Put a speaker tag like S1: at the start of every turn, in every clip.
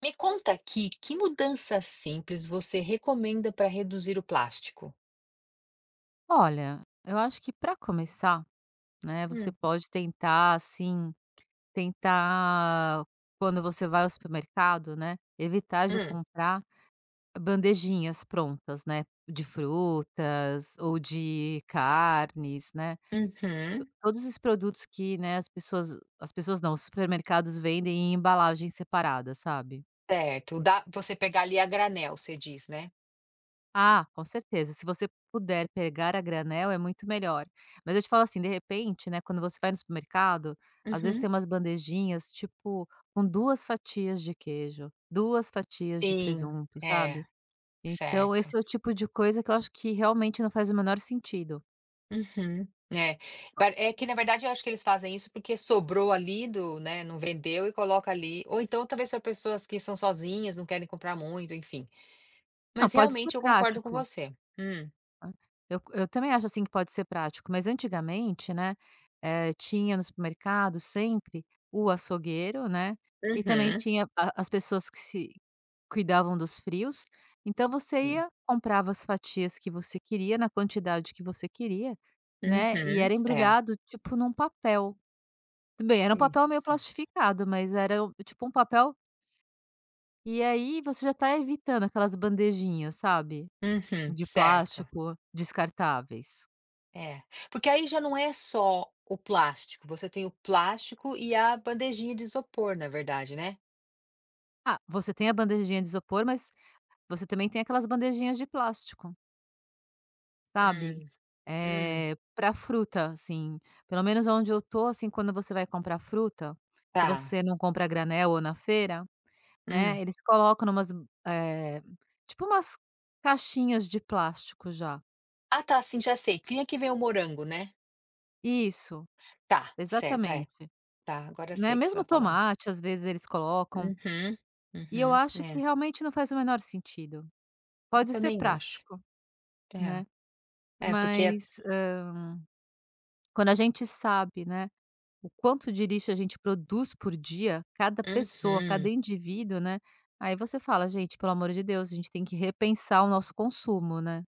S1: Me conta aqui, que mudança simples você recomenda para reduzir o plástico?
S2: Olha, eu acho que para começar, né, você
S1: Hum,
S2: pode tentar assim, tentar quando você vai ao supermercado, né, evitar de
S1: hum,
S2: comprar bandejinhas prontas, né, de frutas ou de carnes, né?
S1: uhum.
S2: Todos os produtos que, né, as pessoas não, os supermercados vendem em embalagens separadas, sabe?
S1: Certo, dá você pegar ali a granel, você diz, né?
S2: Ah, com certeza. Se você puder pegar a granel, é muito melhor. Mas eu te falo assim, de repente, né, quando você vai no supermercado, às vezes
S1: Uhum.
S2: tem umas bandejinhas, tipo, com duas fatias de queijo, duas fatias de
S1: Sim,
S2: presunto,
S1: é,
S2: sabe. Então
S1: certo.
S2: esse é o tipo de coisa que eu acho que realmente não faz o menor sentido.
S1: Uhum. É, pa é que na verdade eu acho que eles fazem isso porque sobrou ali do né, não vendeu e coloca ali, ou então talvez para pessoas que são sozinhas, não querem comprar muito, enfim.
S2: Não,
S1: Mas
S2: pode ser
S1: realmente eu concordo com
S2: prático.
S1: você. Hum.
S2: Eu também acho, assim, que pode ser prático, mas antigamente, né, tinha no supermercado sempre o açougueiro, né, e também
S1: Uhum.
S2: tinha a as pessoas que se cuidavam dos frios, então você
S1: Sim.
S2: ia, comprava as fatias que você queria, na quantidade que você queria, né, e
S1: Uhum.
S2: era
S1: É,
S2: embrulhado, tipo, num papel. Tudo bem, era um papel meio
S1: isso.
S2: plastificado, mas era o tipo um papel e aí você já tá evitando aquelas bandejinhas, sabe,
S1: Uhum,
S2: de
S1: certo,
S2: plástico descartáveis.
S1: é. Porque aí já não é só o plástico, você tem o plástico e a bandejinha de isopor, na verdade, né?
S2: Ah, você tem a bandejinha de isopor, mas você também tem aquelas bandejinhas de plástico, sabe,
S1: Hum, hum,
S2: pra fruta, assim, pelo menos onde eu tô, assim, quando você vai comprar fruta, se
S1: tá,
S2: você não compra a granel ou na feira, né,
S1: hum.
S2: eles colocam umas tipo umas caixinhas de plástico já.
S1: Ah, tá, sim, já sei. Tinha que ver o morango, né?
S2: Isso,
S1: Tá, certo, é.
S2: exatamente,
S1: Tá, agora eu sei
S2: né,
S1: o que você
S2: mesmo
S1: tá falando.
S2: tomate, às vezes, eles colocam,
S1: Uhum,
S2: e eu
S1: uhum,
S2: acho que
S1: é.
S2: realmente não faz o menor sentido.
S1: Eu
S2: Pode ser
S1: também acho.
S2: prático, né,
S1: É, é porque é.
S2: mas, quando a gente sabe, né, o quanto de lixo a gente produz por dia, cada pessoa, cada
S1: Uhum.
S2: indivíduo, né, aí você fala: "Gente, pelo amor de Deus, a gente tem que repensar o nosso consumo, né".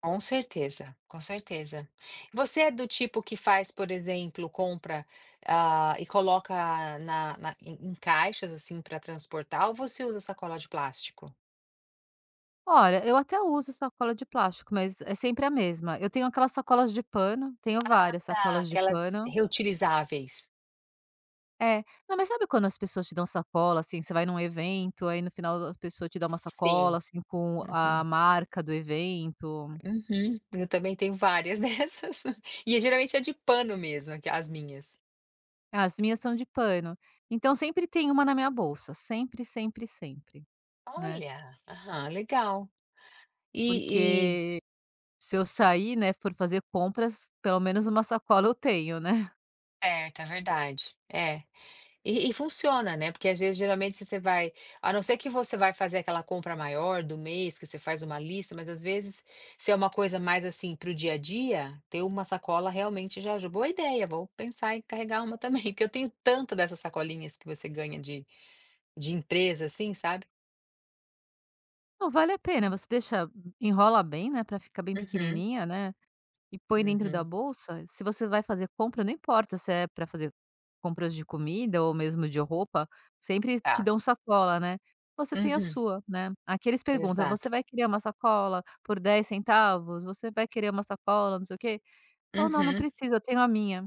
S1: Com certeza, com certeza. Você é do tipo que faz, por exemplo, compra, ah, e coloca na na em em caixas, assim, para transportar ou você usa sacola de plástico?
S2: Olha, eu até uso sacola de plástico, mas é sempre a mesma. Eu tenho aquelas sacolas de pano, tenho várias
S1: Tá,
S2: sacolas de
S1: aquelas
S2: pano.
S1: reutilizáveis.
S2: É. Não, mas sabe quando as pessoas te dão sacola, assim, você vai num evento, aí no final a pessoa te dá uma
S1: Sim.
S2: sacola, assim, com a
S1: Uhum.
S2: marca do evento?
S1: Uhum. Eu também tenho várias dessas. E geralmente é de pano mesmo, aqui as minhas.
S2: As minhas são de pano. Então sempre tem uma na minha bolsa, sempre, sempre, sempre, né.
S1: Olha! Aham, legal. E e
S2: Porque se eu sair, né, for fazer compras, pelo menos uma sacola eu tenho, né.
S1: Certo, é verdade. É. E funciona, né, porque às vezes geralmente se você vai a não ser que você vai fazer aquela compra maior do mês, que você faz uma lista, mas às vezes, se é uma coisa mais, assim, para o dia a dia, ter uma sacola realmente já ajuda. Boa ideia, vou pensar em carregar uma também, porque eu tenho tanta dessas sacolinhas que você ganha de empresa, assim, sabe.
S2: Não, vale a pena, você deixa enrola bem, né, pra ficar bem
S1: Uhum,
S2: pequenininha, né. E põe dentro da
S1: uhum,
S2: bolsa, se você vai fazer compra, não importa se é para fazer compras de comida ou mesmo de roupa, sempre te
S1: tá.
S2: dão sacola, né. Você tem a
S1: Uhum,
S2: sua, né. Aqui eles perguntam: "Você
S1: exato.
S2: vai querer uma sacola por 10 centavos? Você vai querer uma sacola, não sei o quê?" Fala "Não, não
S1: Uhum.
S2: precisa, eu tenho a minha",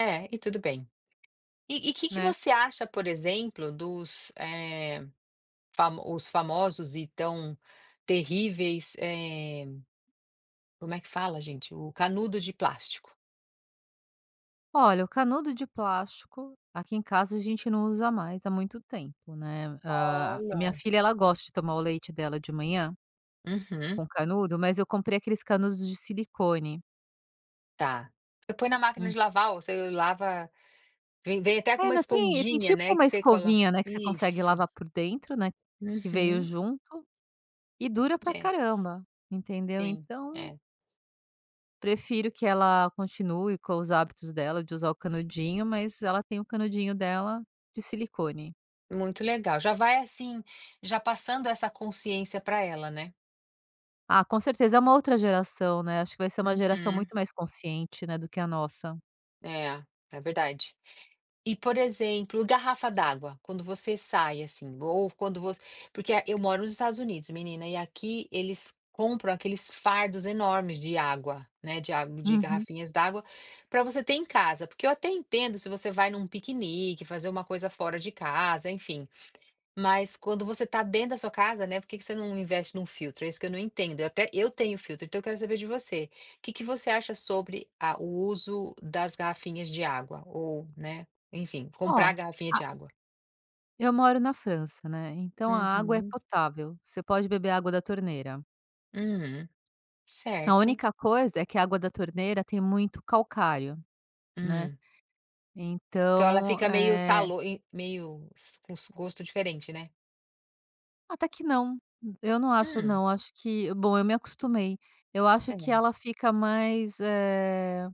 S1: É, e tudo bem. E o que que
S2: né.
S1: você acha, por exemplo, dos, eh Famo os famosos e tão terríveis, como é que fala gente? O canudo de plástico.
S2: Olha, o canudo de plástico, aqui em casa a gente não usa mais há muito tempo, né. Ah, a minha
S1: Olha.
S2: filha, ela gosta de tomar o leite dela de manhã
S1: Uhum,
S2: com canudo, mas eu comprei aqueles canudos de silicone.
S1: tá. Você põe na máquina de lavar ou você lava vem vem até com
S2: É,
S1: uma
S2: não tem
S1: esponjinha,
S2: tipo
S1: né, que
S2: uma
S1: você coloca
S2: escovinha, né, que você consegue
S1: isso,
S2: lavar por dentro, né, que veio
S1: uhum,
S2: junto, e dura pra
S1: é,
S2: caramba, entendeu.
S1: sim,
S2: Então,
S1: é,
S2: prefiro que ela continue com os hábitos dela de usar o canudinho, mas ela tem o canudinho dela de silicone.
S1: muito legal. Já vai assim, já passando essa consciência para ela, né.
S2: Ah, com certeza é uma outra geração, né, acho que vai ser uma geração
S1: Uhum.
S2: muito mais consciente, né, do que a nossa.
S1: É, é verdade. E, por exemplo, garrafa d'água, quando você sai, assim, ou quando você. Porque eu moro nos Estados Unidos, menina, e aqui eles compram aqueles fardos enormes de água, né? De água, de
S2: Uhum.
S1: garrafinhas d'água, para você ter em casa. Porque eu até entendo se você vai num piquenique, fazer uma coisa fora de casa, enfim. Mas quando você está dentro da sua casa, né, por que que você não investe num filtro? É isso que eu não entendo. Eu tenho filtro, então eu quero saber de você. O que que você acha sobre a o uso das garrafinhas de água ou, né, enfim,
S2: Ó,
S1: comprar garrafinha
S2: a
S1: de água?
S2: eu moro na França, né, então a água é
S1: Uhum.
S2: potável, você pode beber água da torneira.
S1: Uhum.
S2: A
S1: Certo.
S2: única coisa é que a água da torneira tem muito calcário, né,
S1: Hum. Então ela
S2: então,
S1: fica meio salo e meio s com s gosto diferente, né?
S2: até que não, eu não acho
S1: Hum.
S2: não, acho que bom, eu me acostumei. Eu acho que
S1: É.
S2: ela fica mais,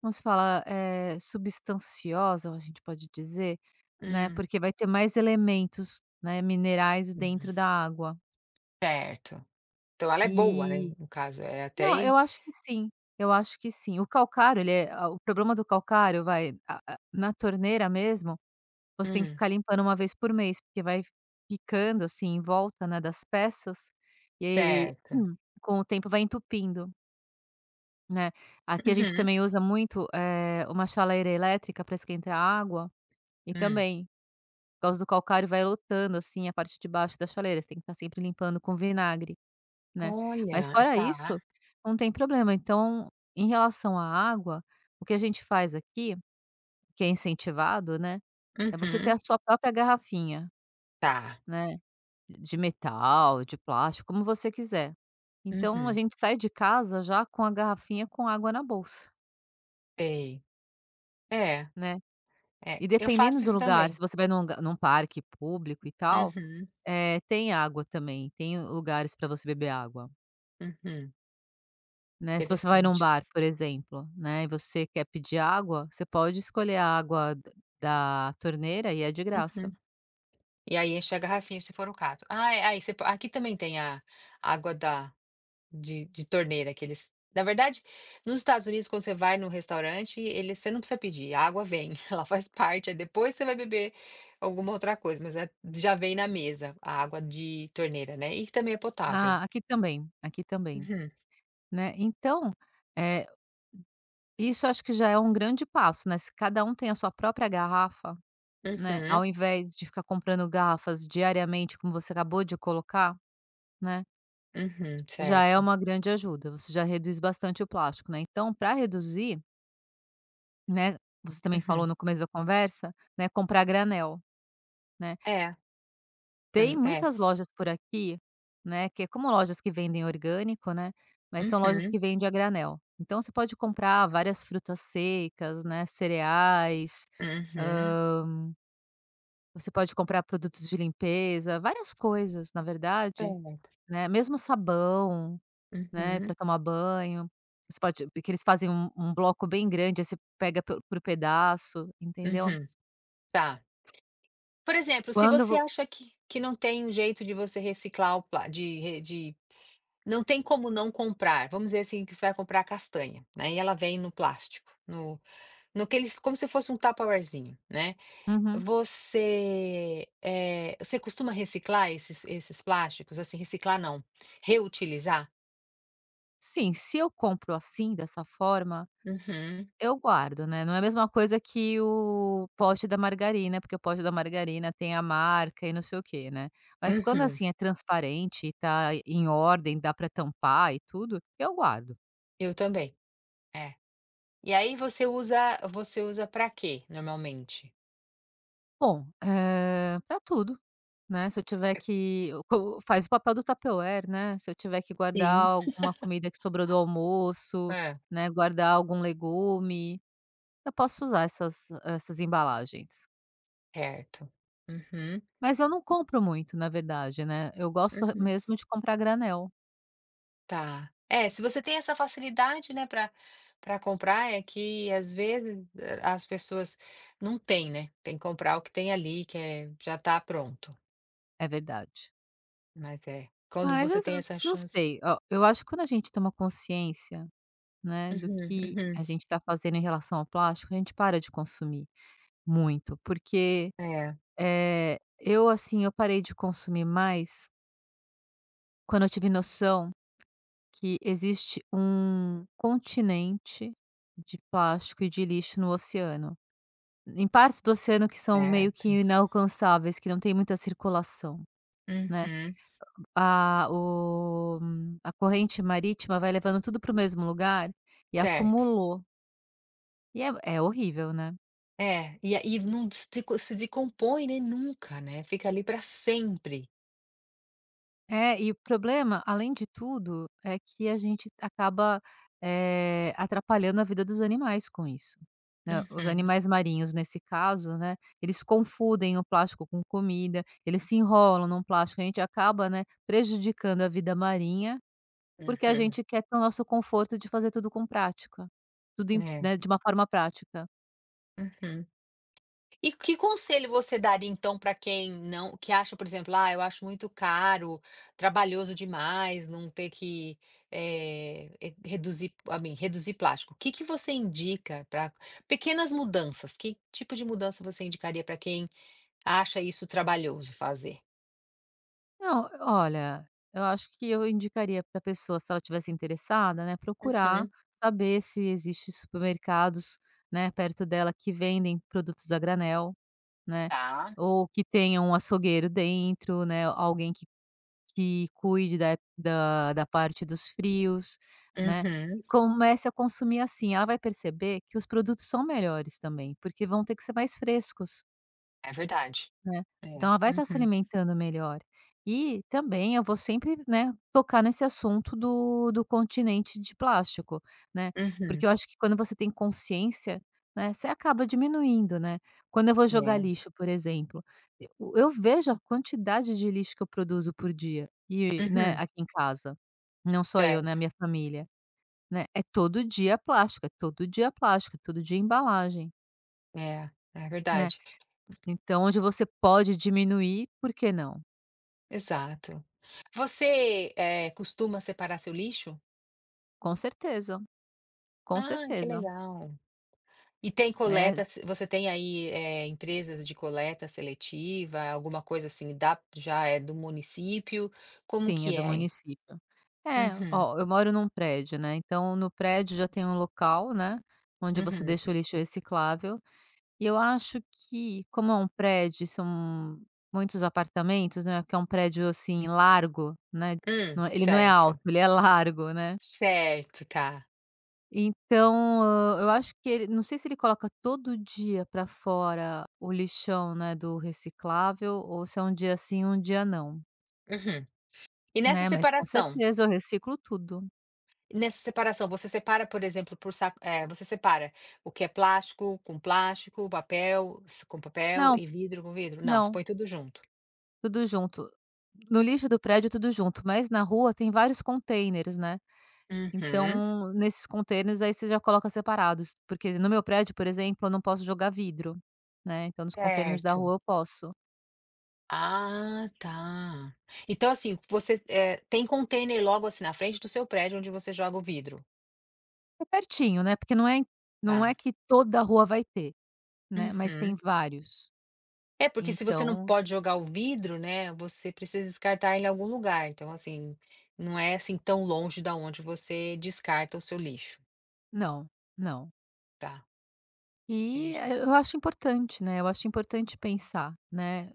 S2: como se fala? Substanciosa, a gente pode dizer, né,
S1: Hum.
S2: porque vai ter mais elementos, né, minerais
S1: Uhum.
S2: dentro da água.
S1: Certo. Então ela é boa, né,
S2: E
S1: no caso, é até
S2: não, eu acho que sim, eu acho que sim. O calcário ele é a o problema do calcário vai a na torneira mesmo. Você tem que
S1: hum.
S2: ficar limpando uma vez por mês, porque vai picando, assim, em volta, né, das peças, e aí,
S1: Certo.
S2: com o tempo vai entupindo, né. Aqui a gente
S1: Uhum.
S2: também usa muito, uma chaleira elétrica para esquentar a água, e
S1: Hum.
S2: também, por causa do calcário, vai lotando, assim, a parte de baixo da chaleira, você tem que estar sempre limpando com vinagre, né. Mas
S1: Olha,
S2: fora
S1: tá.
S2: isso, não tem problema. Então, em relação à água, o que a gente faz aqui, que é incentivado, né, é você ter a
S1: Uhum.
S2: sua própria garrafinha,
S1: Tá.
S2: né. De metal, de plástico, como você quiser. Então a
S1: Uhum.
S2: gente sai de casa já com a garrafinha com água na bolsa,
S1: Sei. É,
S2: né.
S1: é.
S2: E
S1: Eu
S2: dependendo
S1: faço
S2: do
S1: isso
S2: lugar, se
S1: também.
S2: você vai num lugar num parque público e tal,
S1: Uhum,
S2: tem água também, tem lugares para você beber água,
S1: uhum.
S2: né. Se você vai num
S1: Interessante.
S2: bar, por exemplo, né, e você quer pedir água, você pode escolher a água d da torneira e é de graça.
S1: Uhum. E aí enche a garrafinha, se for o caso. Ah, é, aí você po aqui também tem a água da de torneira que eles na verdade, nos Estados Unidos, quando você vai no restaurante, ele você não precisa pedir, a água vem, ela faz parte, aí depois você vai beber alguma outra coisa, mas é já vem na mesa a água de torneira, né, e também é potável.
S2: Ah, aqui também,
S1: Uhum,
S2: né. Então, eh isso acho que já é um grande passo, né, se cada um tem a sua própria garrafa, né,
S1: uhum.
S2: ao invés de ficar comprando garrafas diariamente, como você acabou de colocar, né,
S1: Uhum,
S2: já é
S1: certo.
S2: uma grande ajuda, você já reduz bastante o plástico, né. Então para reduzir, né, você também falou
S1: Uhum.
S2: no começo da conversa, né, comprar granel, né.
S1: É, eu
S2: Tem
S1: não é.
S2: muitas lojas por aqui, né, que é como lojas que vendem orgânico, né, mas são lojas
S1: Uhum,
S2: que vendem a granel. Então você pode comprar várias frutas secas, né, cereais.
S1: uhum.
S2: Você pode comprar produtos de limpeza, várias coisas na verdade,
S1: Certo.
S2: né, mesmo sabão, né,
S1: Uhum,
S2: para tomar banho. Você pode porque eles fazem um bloco bem grande, aí você pega pe por pedaço, entendeu.
S1: uhum. Tá. Por exemplo, se
S2: Quando
S1: você
S2: vo
S1: acha que não tem um jeito de você reciclar o pla de re de não tem como não comprar, vamos dizer assim, que você vai comprar castanha, né, e ela vem no plástico, no que eles como se fosse um Tupperwarezinho, né.
S2: uhum.
S1: Você costuma reciclar esses plásticos? Assim, reciclar não, reutilizar?
S2: Sim, se eu compro assim, dessa forma,
S1: Uhum,
S2: eu guardo, né, não é a mesma coisa que o pote da margarina, porque o pote da margarina tem a marca e não sei o quê, né. Mas quando,
S1: uhum.
S2: assim, é transparente e tá em ordem, dá para tampar e tudo, eu guardo.
S1: Eu também. É. E aí você usa para quê, normalmente?
S2: Bom, pra tudo, né, se eu tiver que eu co faz o papel do tupperware, né, se eu tiver que guardar
S1: Sim.
S2: alguma comida que sobrou do almoço,
S1: É.
S2: né, guardar algum legume, eu posso usar essas embalagens.
S1: Certo. Uhum,
S2: Mas eu não compro muito, na verdade, né, eu gosto
S1: uhum.
S2: mesmo de comprar granel,
S1: Tá. É, se você tem essa facilidade, né, para comprar, é que às vezes a as pessoas não têm, né, tem que comprar o que tem ali, que é já tá pronto.
S2: é verdade.
S1: Mas é, quando
S2: Mas
S1: você
S2: as
S1: tem essa
S2: não
S1: chance.
S2: sei, ó, eu acho que quando a gente toma consciência, né, do
S1: Uhum,
S2: que
S1: uhum.
S2: a gente está fazendo em relação ao plástico, a gente para de consumir muito, porque
S1: É,
S2: Eu assim, eu parei de consumir mais quando eu tive noção que existe um continente de plástico e de lixo no oceano. Em partes do oceano que são meio que
S1: certo.
S2: inalcançáveis, que não tem muita circulação, né.
S1: Uhum,
S2: A corrente marítima vai levando tudo para o mesmo lugar e
S1: certo.
S2: acumulou. E é é horrível, né.
S1: É, e aí não se decompõe, né, nunca, né, fica ali para sempre.
S2: É, e o problema, além de tudo, é que a gente acaba, atrapalhando a vida dos animais com isso, né. Os
S1: Uhum,
S2: animais marinhos, nesse caso, né, eles confundem o plástico com comida, eles se enrolam num plástico, a gente acaba, né, prejudicando a vida marinha, porque a
S1: uhum.
S2: gente quer ter o nosso conforto de fazer tudo com prática, tudo em
S1: É,
S2: né, de uma forma prática.
S1: uhum. E que conselho você daria então para quem não que acha, por exemplo: "Ah, eu acho muito caro, trabalhoso demais, não ter que, reduzir a mim, reduzir plástico". O que que você indica para pequenas mudanças? Que tipo de mudança você indicaria para quem acha isso trabalhoso fazer?
S2: Não, olha, eu acho que eu indicaria para a pessoa, se ela tivesse interessada, né, procurar
S1: Uhum.
S2: saber se existe supermercados, né, perto dela que vendem produtos a granel, né,
S1: Tá.
S2: ou que tenha um açougueiro dentro, né, alguém que cuide da parte dos frios, né,
S1: Uhum.
S2: e comece a consumir assim. Ela vai perceber que os produtos são melhores também, porque vão ter que ser mais frescos.
S1: É verdade.
S2: Né, então
S1: É.
S2: ela vai estar se
S1: Uhum,
S2: alimentando melhor. E também eu vou sempre, né, tocar nesse assunto do continente de plástico, né,
S1: uhum.
S2: porque eu acho que quando você tem consciência, né, você acaba diminuindo, né. Quando eu vou jogar
S1: É.
S2: lixo, por exemplo, e eu vejo a quantidade de lixo que eu produzo por dia e, né,
S1: Uhum.
S2: aqui em casa. Não só eu, né,
S1: Certo.
S2: minha família, né. É todo dia plástico, é todo dia plástico, é todo dia embalagem,
S1: É, é
S2: né.
S1: verdade.
S2: Então onde você pode diminuir, por que não?
S1: Exato. Você, costuma separar seu lixo?
S2: Com certeza, com
S1: Ah, que
S2: certeza,
S1: legal. E tem
S2: né.
S1: coletas você tem aí, empresas de coleta seletiva, alguma coisa assim, da já é do município, como
S2: Sim, é
S1: que
S2: do
S1: é?
S2: município. É,
S1: Uhum,
S2: ó, eu moro num prédio, né, então no prédio já tem um local, né, onde você
S1: uhum.
S2: deixa o lixo reciclável, e eu acho que como é um prédio, são muitos apartamentos, né, que é um prédio, assim, largo, né, não é, ele não é alto,
S1: Certo.
S2: ele é largo, né.
S1: Certo, tá.
S2: Então, hã, eu acho que ele não sei se ele coloca todo dia para fora o lixão, né, do reciclável ou se é um dia sim, um dia não.
S1: Uhum. E nessa
S2: Né, mas com
S1: separação
S2: certeza eu reciclo tudo.
S1: nessa separação, você separa, por exemplo, você separa o que é plástico com plástico, papel s com papel
S2: Não,
S1: e vidro com vidro? Não, você
S2: não,
S1: põe tudo junto?
S2: tudo junto. No lixo do prédio tudo junto, mas na rua tem vários contêineres, né,
S1: Uhum,
S2: então nesses contêineres aí você já coloca separados, porque no meu prédio, por exemplo, eu não posso jogar vidro, né, então nos contêineres da
S1: certo.
S2: rua eu posso.
S1: Ah, tá. Então, assim, você, tem container logo, assim, na frente do seu prédio onde você joga o vidro?
S2: É pertinho, né, porque não é
S1: Tá.
S2: que toda a rua vai ter, né, mas tem
S1: Uhum.
S2: vários,
S1: É, porque se você não
S2: então
S1: pode jogar o vidro, né, você precisa descartar ele em algum lugar, então, assim, não é, assim, tão longe da onde você descarta o seu lixo.
S2: não, não.
S1: Tá,
S2: E,
S1: entendi.
S2: eu acho importante, né, eu acho importante pensar, né,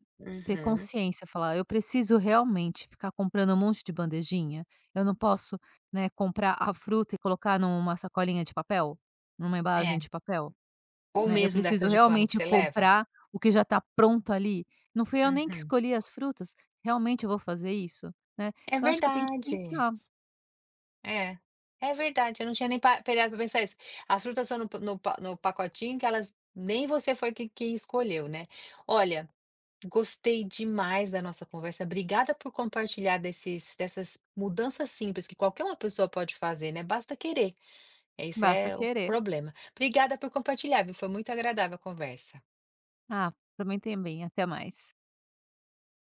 S2: ter
S1: Uhum.
S2: consciência, falar: "Eu preciso realmente ficar comprando um monte de bandejinha? Eu não posso, né, comprar a fruta e colocar numa sacolinha de papel? Numa
S1: É,
S2: embalagem de papel?
S1: ou
S2: Né, eu
S1: mesmo dessas
S2: preciso
S1: de pano que
S2: realmente
S1: você leva?
S2: comprar o que já está pronto ali? Não fui eu nem que
S1: Uhum.
S2: escolhi as frutas, realmente eu vou fazer isso?", né.
S1: É
S2: Então acho que eu tenho que
S1: verdade.
S2: pensar,
S1: É, é verdade, eu não tinha nem pa parado para pensar isso. As frutas são no pacotinho que elas nem você foi que escolheu, né. Olha, gostei demais da nossa conversa, obrigada por compartilhar desses dessas mudanças simples que qualquer uma pessoa pode fazer, né, basta querer, esse
S2: basta
S1: é o
S2: querer.
S1: problema. Obrigada por compartilhar, viu, foi muito agradável a conversa.
S2: Ah, pra mim também, tem bem, até mais.